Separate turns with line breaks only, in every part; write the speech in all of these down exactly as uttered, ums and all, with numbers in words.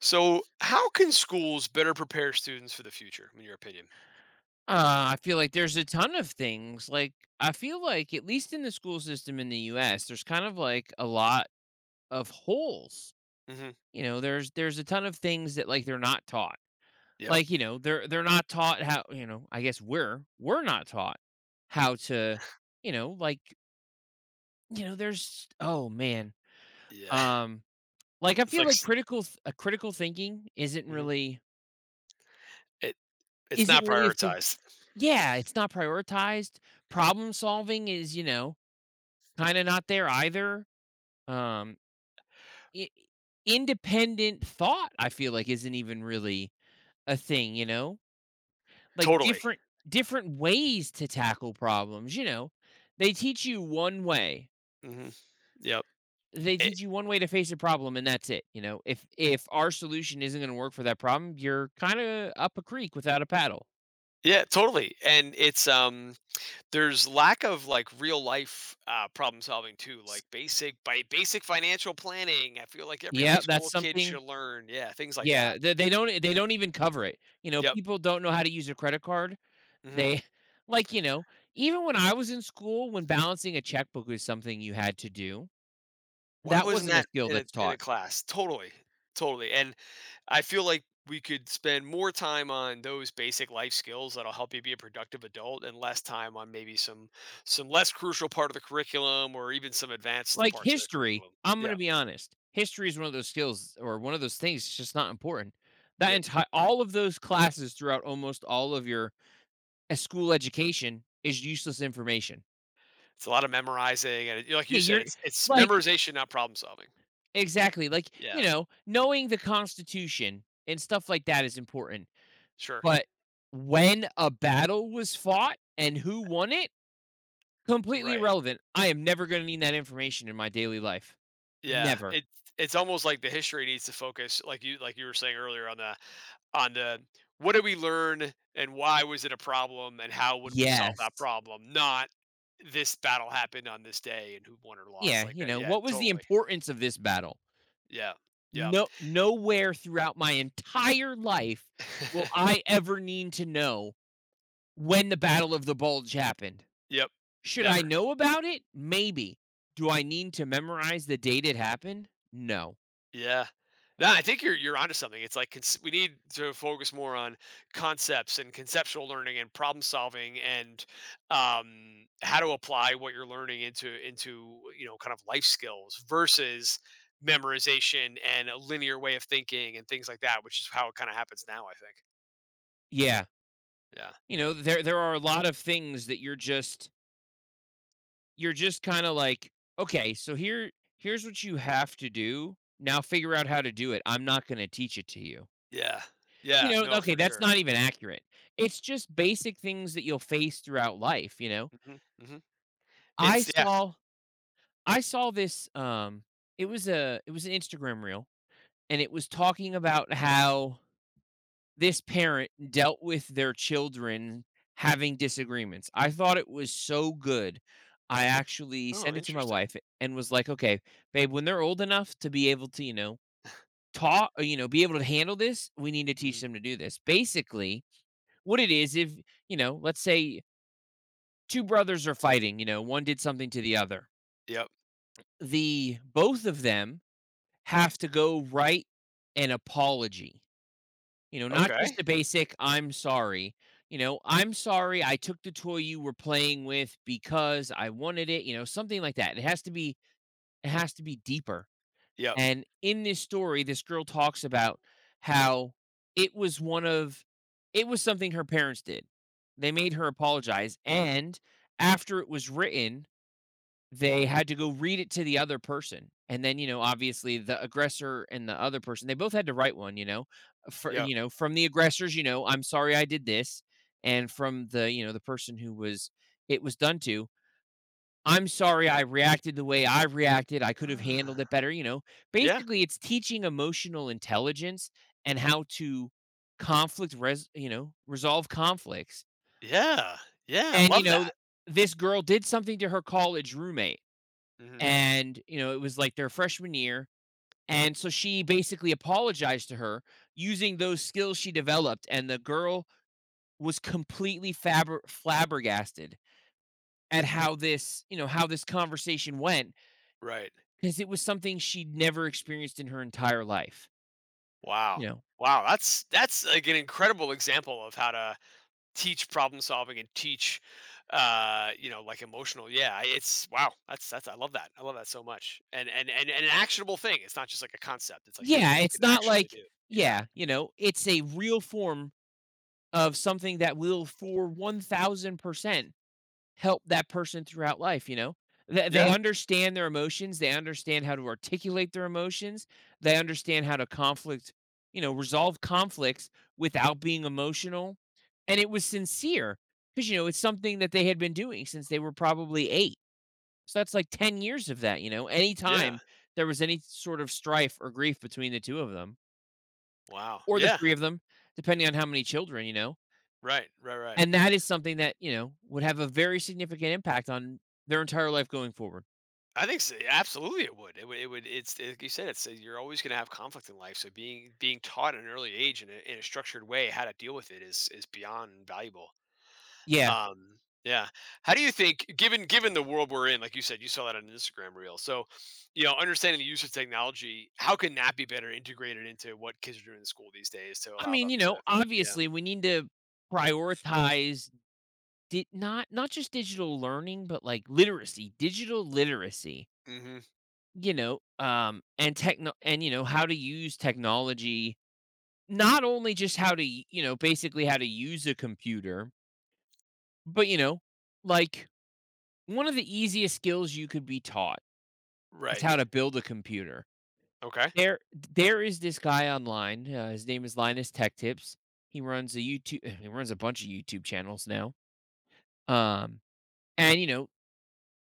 So, how can schools better prepare students for the future, in your opinion?
Uh, I feel like there's a ton of things. Like, I feel like, at least in the school system in the U S, there's kind of like a lot of holes.
Hmm.
You know, there's there's a ton of things that like they're not taught.
Yep.
Like, you know, they're they're not taught how, you know, I guess we're we're not taught how to, you know, like, you know, there's oh man.
Yeah.
Um, like I
It's
feel
like
like
s-
critical th- uh, critical thinking isn't
Mhm.
really
It. It's
isn't
not
really a thi-
prioritized.
Yeah, it's not prioritized. Problem solving is, you know, kinda not there either. Um, I independent thought, I feel like isn't even really a thing, you know? Like
Totally.
different different ways to tackle problems, you know? They teach you one way.
Hmm. Yep.
They
It,
teach you one way to face a problem and that's it, you know? If if our solution isn't gonna work for that problem, you're kinda up a creek without a paddle.
yeah. Totally. And it's um. There's lack of like real life uh, problem solving too.
S
Like basic by basic financial planning, I feel like every high
Yep, that's
school kid
something.
should learn. Yeah. Things like
Yeah,
that.
they they don't they don't even cover it. You know,
Yep.
people don't know how to use a credit card.
Hmm.
They like, you know, even when I was in school, when balancing a checkbook was something you had to do,
Why
that
wasn't
wasn't a
that
skill
in a
that's
in a
taught.
class? Totally, totally, and I feel like we could spend more time on those basic life skills that'll help you be a productive adult and less time on maybe some some less crucial part of the curriculum or even some advanced
Like
parts of the
history,
curriculum.
I'm going to
Yeah.
be honest. History is one of those skills or one of those things, it's just not important. That
Yep.
entire all of those classes throughout almost all of your uh, school education is useless information.
It's a lot of memorizing, and it, like
Yeah,
you said,
you're
it's it's
like
memorization, not problem solving.
exactly, like, you
Yeah,
know, knowing the Constitution and stuff like that is important,
sure.
but when a battle was fought and who won it, completely
Right.
irrelevant. I am never gonna need that information in my daily life.
Yeah.
Never.
It it's almost like the history needs to focus, like you like you were saying earlier, on the on the what did we learn and why was it a problem and how would we solve that
Yes.
problem? Not this battle happened on this day and who won or
Yeah,
lost, like
you
that.
know,
Yeah,
what was the
totally.
importance of this battle?
Yeah. Yep.
No nowhere throughout my entire life will I ever need to know when the Battle of the Bulge happened.
Yep.
Should I
Never.
know about it? Maybe. Do I need to memorize the date it happened? No.
Yeah. No, I think you're you're onto something. It's like cons- we need to focus more on concepts and conceptual learning and problem solving, and um, how to apply what you're learning into into you know, kind of life skills, versus memorization and a linear way of thinking and things like that, which is how it kind of happens now, I think.
Yeah.
Yeah.
You know, there there are a lot of things that you're just you're just kind of like, okay, so here here's what you have to do. Now figure out how to do it. I'm not going to teach it to you.
Yeah. Yeah.
You know,
No,
okay,
for
that's
sure.
not even accurate. It's just basic things that you'll face throughout life, you know.
Hmm. Hmm.
I
It's Yeah.
saw I saw this um it was a it was an Instagram reel and it was talking about how this parent dealt with their children having disagreements. I thought it was so good. I actually
Oh,
sent it to my
interesting.
wife and was like, "Okay, babe, when they're old enough to be able to, you know, talk, or, you know, be able to handle this, we need to teach
Hmm.
them to do this." Basically, what it is, if, you know, let's say two brothers are fighting, you know, one did something to the other.
Yep.
The both of them have to go write an apology. You know, Mm. not just
Okay.
the basic "I'm sorry." You know, "I'm sorry I took the toy you were playing with because I wanted it," you know, something like that. It has to be it has to be deeper.
Yep.
And in this story, this girl talks about how it was one of it was something her parents did. They made her apologize, and after it was written they had to go read it to the other person, and then, you know, obviously the aggressor and the other person, they both had to write one. You know, for,
Yep.
you know, from the aggressors, you know, "I'm sorry I did this," and from the, you know, the person who was, it was done to, "I'm sorry I reacted the way I reacted. I could have handled
Ah.
it better." You know,
Yeah.
basically it's teaching emotional intelligence and how to, conflict res you know, resolve conflicts.
Yeah, yeah, I
And, you
love
know, th-
that.
this girl did something to her college roommate,
Mhm.
and, you know, it was like their freshman year, and so she basically apologized to her using those skills she developed, and the girl was completely fabber flabbergasted at how this, you know, how this conversation went,
Right.
because it was something she'd never experienced in her entire life,
Wow.
you know.
Wow, that's that's, like, an incredible example of how to teach problem solving and teach, uh, you know, like, emotional yeah, I- it's wow, that's that's I love that, I love that so much, and and and and an actionable thing. It's not just, like, a concept, it's like, here's
Yeah,
what you
it's
can
not
actually
like,
do. Yeah.
yeah, you know, it's a real form of something that will for one thousand percent help that person throughout life, you know? They they
Yeah,
understand their emotions, they understand how to articulate their emotions, they understand how to conflict, you know, resolve conflicts without being emotional, and it was sincere because, you know, it's something that they had been doing since they were probably eight, so that's, like, ten years of that, you know?
yeah.
Anytime there was any sort of strife or grief between the two of them,
Wow,
or the
yeah,
three of them, depending on how many children, you know?
right, right, right.
And that is something that, you know, would have a very significant impact on their entire life going forward.
I think so. Absolutely, it would. It would. It would. It's like you said. It's uh, you're always going to have conflict in life. So being being taught at an early age in a, in a structured way how to deal with it is is beyond valuable.
Yeah.
Um, yeah. How do you think, given given the world we're in, like you said, you saw that on an Instagram reel. So, you know, understanding the use of technology, how can that be better integrated into what kids are doing in school these days to
I
allow
mean,
them
you know,
to? Yeah.
obviously we need to prioritize di- not not just digital learning, but like literacy, digital literacy,
Hmm.
you know, um and techno and you know, how to use technology, not only just how to, y- you know, basically how to use a computer, but you know, like one of the easiest skills you could be taught is
Right.
how to build a computer.
Okay.
There there is this guy online, uh, his name is Linus Tech Tips. He runs a YouTube He runs a bunch of YouTube channels now. Um, and, you know,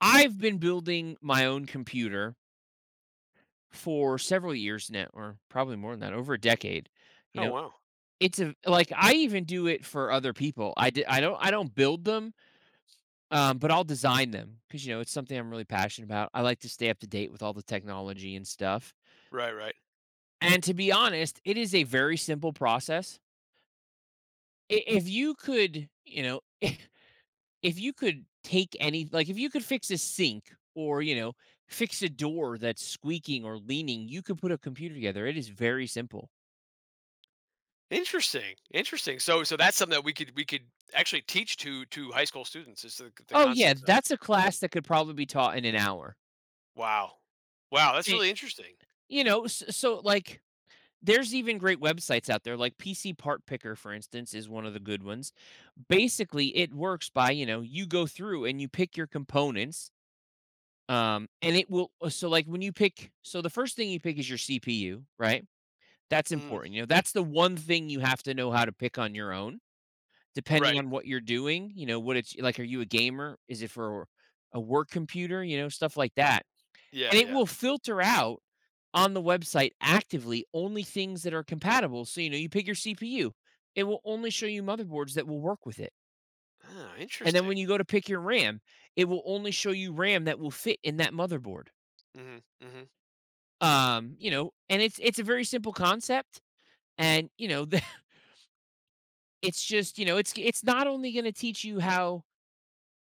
I've been building my own computer for several years now, or probably more than that, over a decade. You
Oh
know,
wow.
it's a like, I even do it for other people. I did. I do not I d I don't I don't build them, um, but I'll design them because, you know, it's something I'm really passionate about. I like to stay up to date with all the technology and stuff.
Right. Right.
And to be honest, it is a very simple process. I- if you could, you know, if you could take any, like if you could fix a sink or, you know, fix a door that's squeaking or leaning, you could put a computer together. It is very simple.
Interesting, interesting. So, so that's something that we could we could actually teach to to high school students. Is the the
Oh, yeah.
concept of
That's a class that could probably be taught in an hour.
wow, wow, that's
Eh,
really interesting.
you know, so, so like there's even great websites out there, like P C Part Picker, for instance, is one of the good ones. Basically, it works by, you know, you go through and you pick your components. Um, and it will uh, so, like, when you pick so the first thing you pick is your C P U, right? That's
Hmm.
important, you know, that's the one thing you have to know how to pick on your own, depending
Right?
on what you're doing, you know, what it's like. Are you a gamer? Is it for a work computer? You know, stuff like that.
Yeah,
And it
yeah.
will filter out on the website actively only things that are compatible. So, you know, you pick your C P U, it will only show you motherboards that will work with it.
Ah,
And then when
interesting.
you go to pick your RAM, it will only show you RAM that will fit in that motherboard.
Hmm. Hmm.
Um you know, and it's it's a very simple concept, and you know the, it's just, you know, it's it's not only going to teach you how,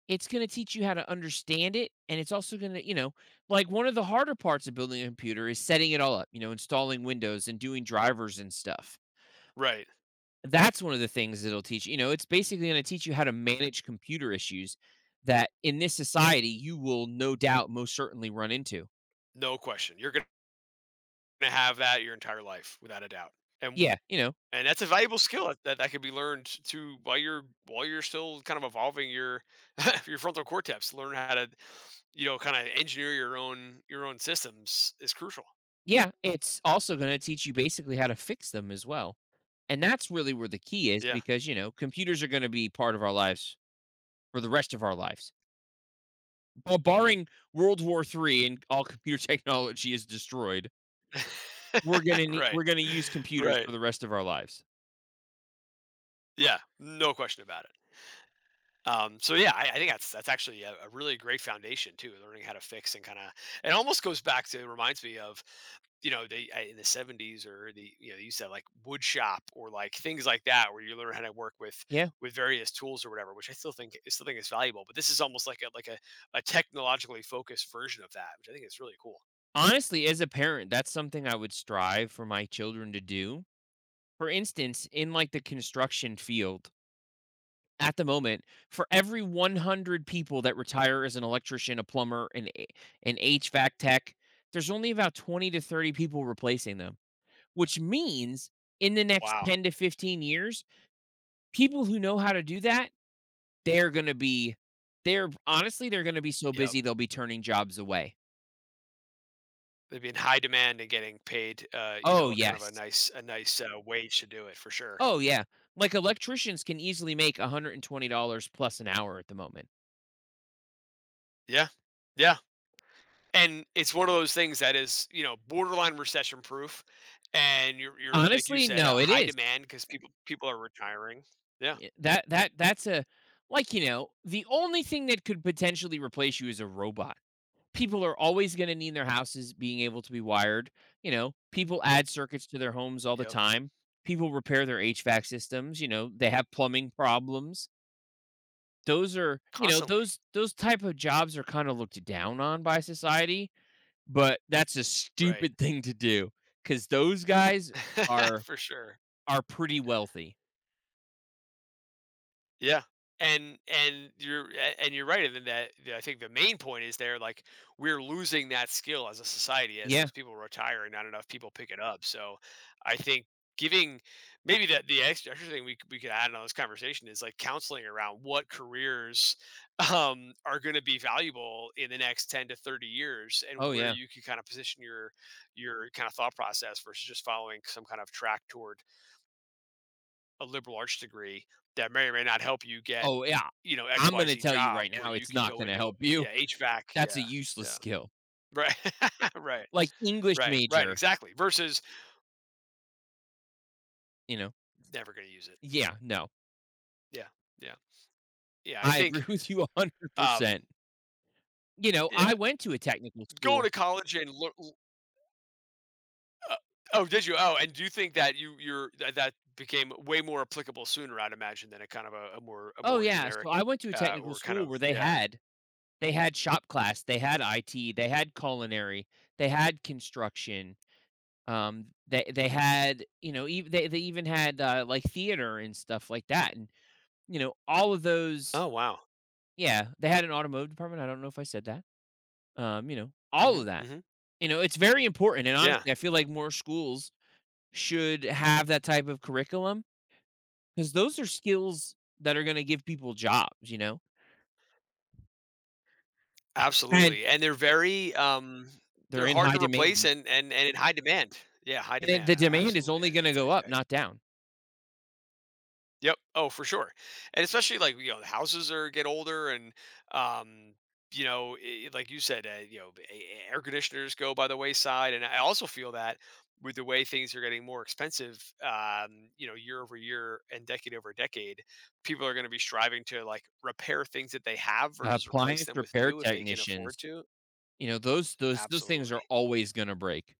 it's going to teach you how to understand it, and it's also going to, you know, like one of the harder parts of building a computer is setting it all up, you know, installing windows and doing drivers and stuff.
Right.
That's one of the things that'll teach, you know, it's basically going to teach you how to manage computer issues that in this society you will no doubt most certainly run into,
No question. You're gonna have that your entire life, without a doubt. And
yeah, you know.
and that's a valuable skill that that, that can be learned to, while you're while you're still kind of evolving your your frontal cortex. Learn how to you know, kind of engineer your own your own systems is crucial.
Yeah, it's also going to teach you basically how to fix them as well. And that's really where the key is
Yeah.
because, you know, computers are going to be part of our lives for the rest of our lives. Well,
Hmm.
barring World War Three and all computer technology is destroyed, we're going to need,
Right.
we're going to use computers
Right.
for the rest of our lives.
Yeah, no question about it. Um, so yeah, I, I think that's that's actually a, a really great foundation too, learning how to fix, and kind of it almost goes back to it reminds me of, you know, they I- in the seventies, or the you know they used to have like wood shop or like things like that where you learn how to work with
Yeah.
with various tools or whatever, which I still think, I still think is valuable, but this is almost like a like a, a technologically focused version of that, which I think is really cool.
Honestly, as a parent, that's something I would strive for my children to do. For instance, in like the construction field, at the moment, for every one hundred people that retire as an electrician, a plumber, an a an H V A C tech, there's only about twenty to thirty people replacing them, which means in the next
Wow.
ten to fifteen years, people who know how to do that, they're gonna be they're honestly, they're gonna be so
Yep.
busy, they'll be turning jobs away.
They'd be in high demand and getting paid, uh, you
Oh,
know, a kind of a
yes.
nice a nice, uh, wage to do it for sure.
Oh, yeah. Like, electricians can easily make one hundred twenty dollars plus an hour at the moment.
Yeah. Yeah, and it's one of those things that is, you know, borderline recession proof, and you're you're like you
Honestly,
said, uh,
no, it
high
is.
demand because people people are retiring. Yeah.
Y that that that's a, like, you know, the only thing that could potentially replace you is a robot. People are always gonna need their houses being able to be wired, you know, people add circuits to their homes all the
Yep.
time. People repair their H V A C systems, you know, they have plumbing problems. Those are, you know,
Constantly.
those those type of jobs are kinda looked down on by society, but that's a
Right.
stupid thing to do because those guys are
For sure.
are pretty wealthy.
Yeah. And and you're a- and you're right. And then that the- I think the main point is there. Like, we're losing that skill as a society as
Yeah.
those people retire and not enough people pick it up. So I think giving maybe that the extra, extra thing we c- we could add on this conversation is like counseling around what careers um, are going to be valuable in the next ten to thirty years, and
Oh,
where
yeah.
you can kind of position your your kind of thought process versus just following some kind of track toward a liberal arts degree that may or may not help you get,
Oh, yeah.
you know,
I'm gonna
X Y Z
tell you
job
right
where
now,
you
it's
could
not
go
gonna
into
help you.
yeah, H V A C,
That's a
yeah,
useless
yeah.
skill.
Right. Right,
Like, English
right, right,
major,
exactly, versus
you know?
never gonna use it.
Yeah, no.
Yeah, yeah, yeah, I
I agree
think,
with you a hundred percent.
um
You know, I
yeah,
went to a technical
going
school.
to college and loo uh Oh, did you? Oh, and do you think that you you're that that became way more applicable sooner, I'd imagine, than a kind of a a more a
Oh,
more
yeah. So
generic,
I went to a
uh,
technical
or kind
school
of
where they
yeah.
had they had shop class, they had I T, they had culinary, they had construction, um, they they had, you know, even they they even had, uh, like, theater and stuff like that, and, you know, all of those.
Oh, wow.
Yeah, they had an automotive department, I don't know if I said that. Um, you know, all of
Mhm,
that.
mhm.
You know, it's very important, and
Yeah.
honestly, I feel like more schools should have that type of curriculum because those are skills that are gonna give people jobs, you know? And
Absolutely, and they're
I
very, um
they're
they're
in
hard
high
to replace
demand,
and and and in high demand. Yeah, high
and it- the
demand, I
demand is
absolutely,
only
I
gonna
that's
go
I
up,
I
not down.
Yep, oh, for sure, and especially, like, you know, the houses are get older, and, um, you know, I like you said, uh, you know, the a air conditioners go by the wayside, and I also feel that with the way things are getting more expensive, um, you know, year over year and decade over decade, people are gonna be striving to, like, repair things that they have
Uh,
versus replace
Appliance
them with
repair
new, if they can afford
technicians,
to.
you know, those those those things are
Absolutely.
always gonna break.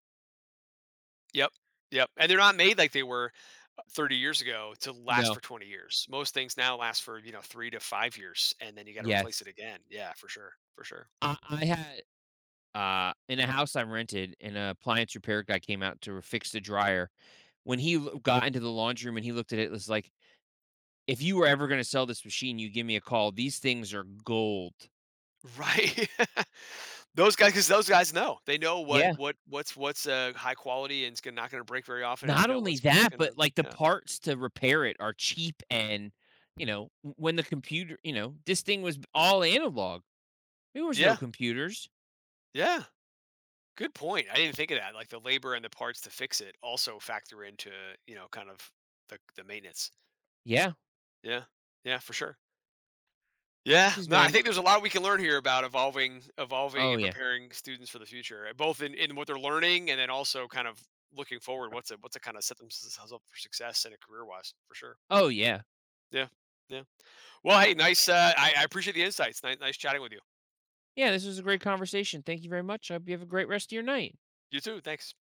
Yep. Yep. And they're not made like they were uh, thirty years ago to last
No.
for twenty years. Most things now last for, you know, three to five years, and then you got to replace it
Yes.
again. Yeah, for sure. For sure.
I I had Uh, in a house I rented, and an appliance repair guy came out to fix the dryer. When he l- got into the laundry room and he looked at it, it was like, if you were ever going to sell this machine, you give me a call. These things are gold.
Right. Those guys, because those guys know, they know
Yeah.
what, what, what's, what's uh, high quality and it's gonna, not going to break very often. And they
Not
know
only
what's, what's
that,
going
but
to,
like the
yeah.
parts to repair it are cheap. And, you know, w- when the computer, you know, this thing was all analog, there was no
Yeah.
computers.
Yeah. Good point. I didn't think of that. Like the labor and the parts to fix it also factor into, you know, kind of the, the maintenance.
Yeah.
Yeah. Yeah, for sure. Yeah,
This has
no, I
been,
think there's a lot we can learn here about evolving, evolving,
oh,
and
yeah.
preparing students for the future, uh, both in, in what they're learning, and then also kind of looking forward. What's it? What's it kind of set themselves up for success and a career wise for sure.
Oh, yeah.
Yeah, yeah. Well, hey, nice. Uh, I, I appreciate the insights. Nice, nice chatting with you.
Yeah. This was a great conversation. Thank you very much. I hope you have a great rest of your night.
You too. Thanks.